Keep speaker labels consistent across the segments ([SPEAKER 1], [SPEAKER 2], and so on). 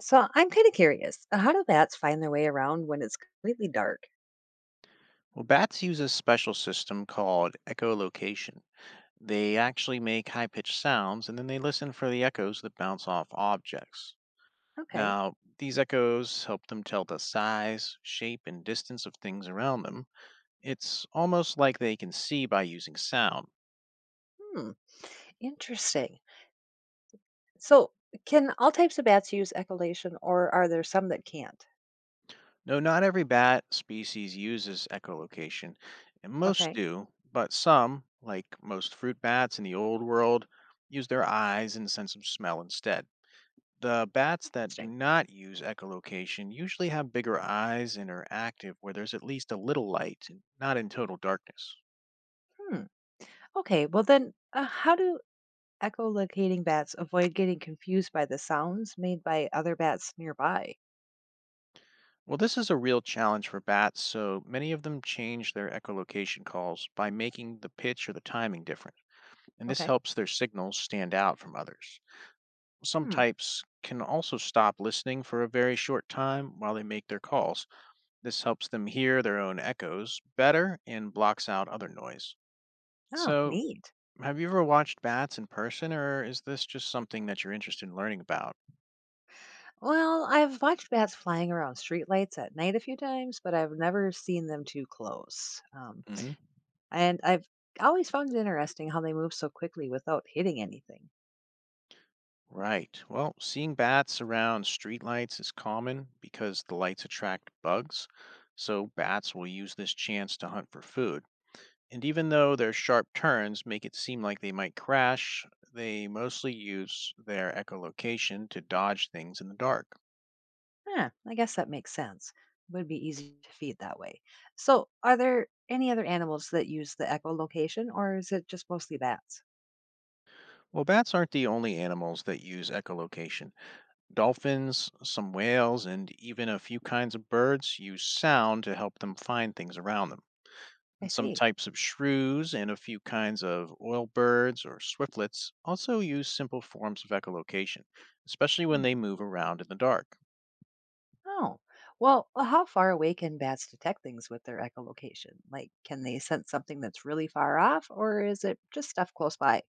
[SPEAKER 1] So I'm kind of curious. How do bats find their way around when it's completely dark?
[SPEAKER 2] Well, bats use a special system called echolocation. They actually make high pitched sounds and then they listen for the echoes that bounce off objects.
[SPEAKER 1] Okay.
[SPEAKER 2] Now, these echoes help them tell the size, shape, and distance of things around them. It's almost like they can see by using sound.
[SPEAKER 1] Hmm. Interesting. So can all types of bats use echolation, or are there some that can't?
[SPEAKER 2] No, not every bat species uses echolocation, and most
[SPEAKER 1] Okay.
[SPEAKER 2] do, but some, like most fruit bats in the old world, use their eyes and sense of smell instead. The bats that do
[SPEAKER 1] Interesting.
[SPEAKER 2] not use echolocation usually have bigger eyes and are active where there's at least a little light, and not in total darkness.
[SPEAKER 1] Hmm. Okay. Well, then how do echolocating bats avoid getting confused by the sounds made by other bats nearby?
[SPEAKER 2] Well, this is a real challenge for bats, so many of them change their echolocation calls by making the pitch or the timing different, and this
[SPEAKER 1] Okay.
[SPEAKER 2] helps their signals stand out from others. Some
[SPEAKER 1] Hmm.
[SPEAKER 2] types can also stop listening for a very short time while they make their calls. This helps them hear their own echoes better and blocks out other noise.
[SPEAKER 1] Oh,
[SPEAKER 2] So,
[SPEAKER 1] neat.
[SPEAKER 2] have you ever watched bats in person, or is this just something that you're interested in learning about?
[SPEAKER 1] Well, I've watched bats flying around streetlights at night a few times, but I've never seen them too close.
[SPEAKER 2] Hmm.
[SPEAKER 1] And I've always found it interesting how they move so quickly without hitting anything.
[SPEAKER 2] Right. Well, seeing bats around streetlights is common because the lights attract bugs, so bats will use this chance to hunt for food. And even though their sharp turns make it seem like they might crash, they mostly use their echolocation to dodge things in the dark.
[SPEAKER 1] Huh, I guess that makes sense. It would be easy to feed that way. So, are there any other animals that use the echolocation, or is it just mostly bats?
[SPEAKER 2] Well, bats aren't the only animals that use echolocation. Dolphins, some whales, and even a few kinds of birds use sound to help them find things around them.
[SPEAKER 1] I
[SPEAKER 2] And some
[SPEAKER 1] see.
[SPEAKER 2] types of shrews and a few kinds of oil birds or swiftlets also use simple forms of echolocation, especially when
[SPEAKER 1] Hmm.
[SPEAKER 2] they move around in the dark.
[SPEAKER 1] Oh, well, how far away can bats detect things with their echolocation? Like, can they sense something that's really far off, or is it just stuff close by?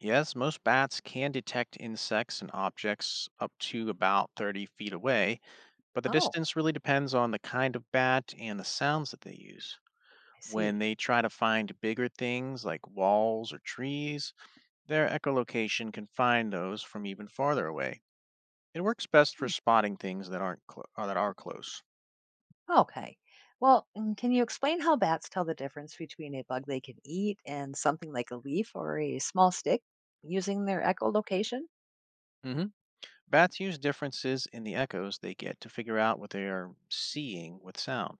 [SPEAKER 2] Yes, most bats can detect insects and objects up to about 30 feet away, but the
[SPEAKER 1] Oh,
[SPEAKER 2] distance really depends on the kind of bat and the sounds that they use
[SPEAKER 1] I
[SPEAKER 2] when
[SPEAKER 1] see.
[SPEAKER 2] they try to find bigger things like walls or trees. Their echolocation can find those from even farther away. It works best for spotting things that aren't that are close.
[SPEAKER 1] Okay. Well, can you explain how bats tell the difference between a bug they can eat and something like a leaf or a small stick using their echolocation?
[SPEAKER 2] hmm Bats use differences in the echoes they get to figure out what they are seeing with sound.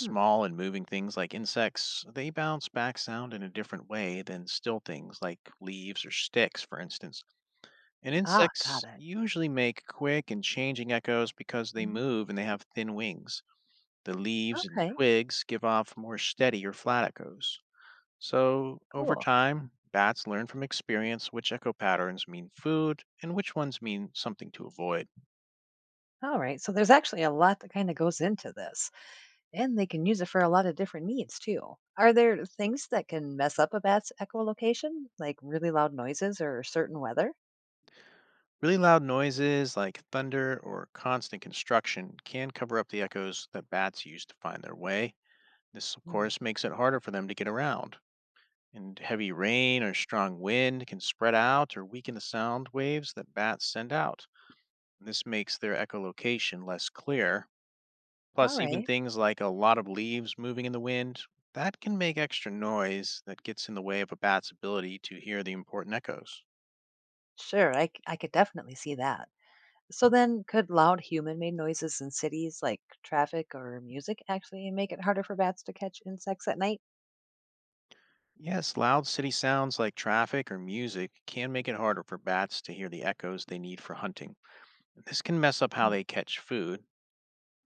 [SPEAKER 1] Hmm.
[SPEAKER 2] and moving things like insects, they bounce back sound in a different way than still things like leaves or sticks, for instance. And
[SPEAKER 1] Ah, got
[SPEAKER 2] insects
[SPEAKER 1] it.
[SPEAKER 2] usually make quick and changing echoes because they
[SPEAKER 1] Hmm
[SPEAKER 2] move and they have thin wings. The leaves and
[SPEAKER 1] Okay,
[SPEAKER 2] twigs give off more steady or flat echoes. So, over
[SPEAKER 1] cool.
[SPEAKER 2] time, bats learn from experience which echo patterns mean food and which ones mean something to avoid.
[SPEAKER 1] All right. So there's actually a lot that kind of goes into this, and they can use it for a lot of different needs too. Are there things that can mess up a bat's echolocation, like really loud noises or certain weather?
[SPEAKER 2] Really loud noises like thunder or constant construction can cover up the echoes that bats use to find their way. This, of
[SPEAKER 1] Hmm.
[SPEAKER 2] course, makes it harder for them to get around. And heavy rain or strong wind can spread out or weaken the sound waves that bats send out. This makes their echolocation less clear.
[SPEAKER 1] All
[SPEAKER 2] Plus, even
[SPEAKER 1] right.
[SPEAKER 2] things like a lot of leaves moving in the wind, that can make extra noise that gets in the way of a bat's ability to hear the important echoes.
[SPEAKER 1] Sure, I could definitely see that. So then, could loud human-made noises in cities like traffic or music actually make it harder for bats to catch insects at night?
[SPEAKER 2] Yes, loud city sounds like traffic or music can make it harder for bats to hear the echoes they need for hunting. This can mess up how
[SPEAKER 1] Hmm,
[SPEAKER 2] they catch food.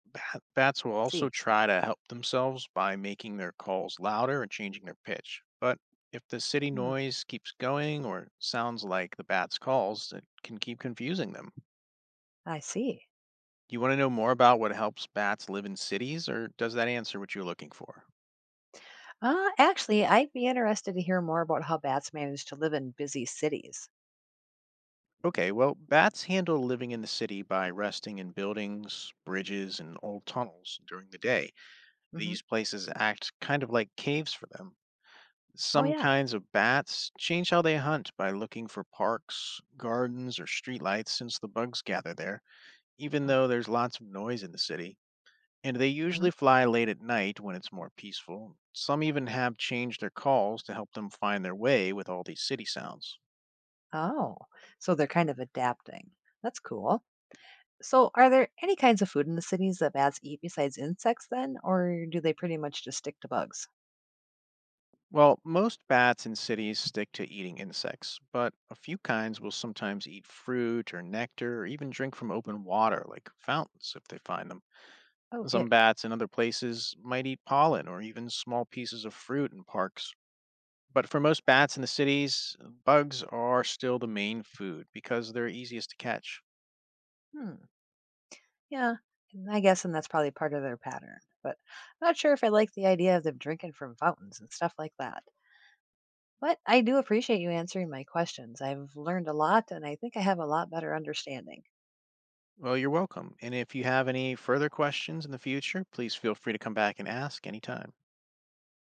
[SPEAKER 2] Bats will
[SPEAKER 1] I
[SPEAKER 2] also
[SPEAKER 1] see.
[SPEAKER 2] try to help themselves by making their calls louder and changing their pitch. But if the city
[SPEAKER 1] Hmm,
[SPEAKER 2] noise keeps going or sounds like the bats' calls, it can keep confusing them.
[SPEAKER 1] I see.
[SPEAKER 2] You want to know more about what helps bats live in cities, or does that answer what you're looking for?
[SPEAKER 1] Actually, I'd be interested to hear more about how bats manage to live in busy cities.
[SPEAKER 2] Okay, well, bats handle living in the city by resting in buildings, bridges, and old tunnels during the day.
[SPEAKER 1] Hmm
[SPEAKER 2] These places act kind of like caves for them.
[SPEAKER 1] Oh,
[SPEAKER 2] Some
[SPEAKER 1] yeah.
[SPEAKER 2] kinds of bats change how they hunt by looking for parks, gardens, or streetlights since the bugs gather there, even
[SPEAKER 1] Oh,
[SPEAKER 2] though there's lots of noise in the city, and they
[SPEAKER 1] mhm.
[SPEAKER 2] usually fly late at night when it's more peaceful. Some even have changed their calls to help them find their way with all these city sounds.
[SPEAKER 1] Oh, so they're kind of adapting. That's cool. So, are there any kinds of food in the cities that bats eat besides insects then, or do they pretty much just stick to bugs?
[SPEAKER 2] Well, most bats in cities stick to eating insects, but a few kinds will sometimes eat fruit or nectar or even drink from open water like fountains if they find them.
[SPEAKER 1] Oh, yeah.
[SPEAKER 2] Some bats in other places might eat pollen or even small pieces of fruit in parks. But for most bats in the cities, bugs are still the main food because they're easiest to catch.
[SPEAKER 1] Hmm. Yeah, and I guess, and that's probably part of their pattern. But I'm not sure if I like the idea of them drinking from fountains and stuff like that. But I do appreciate you answering my questions. I've learned a lot, and I think I have a lot better understanding.
[SPEAKER 2] Well, you're welcome. And if you have any further questions in the future, please feel free to come back and ask anytime.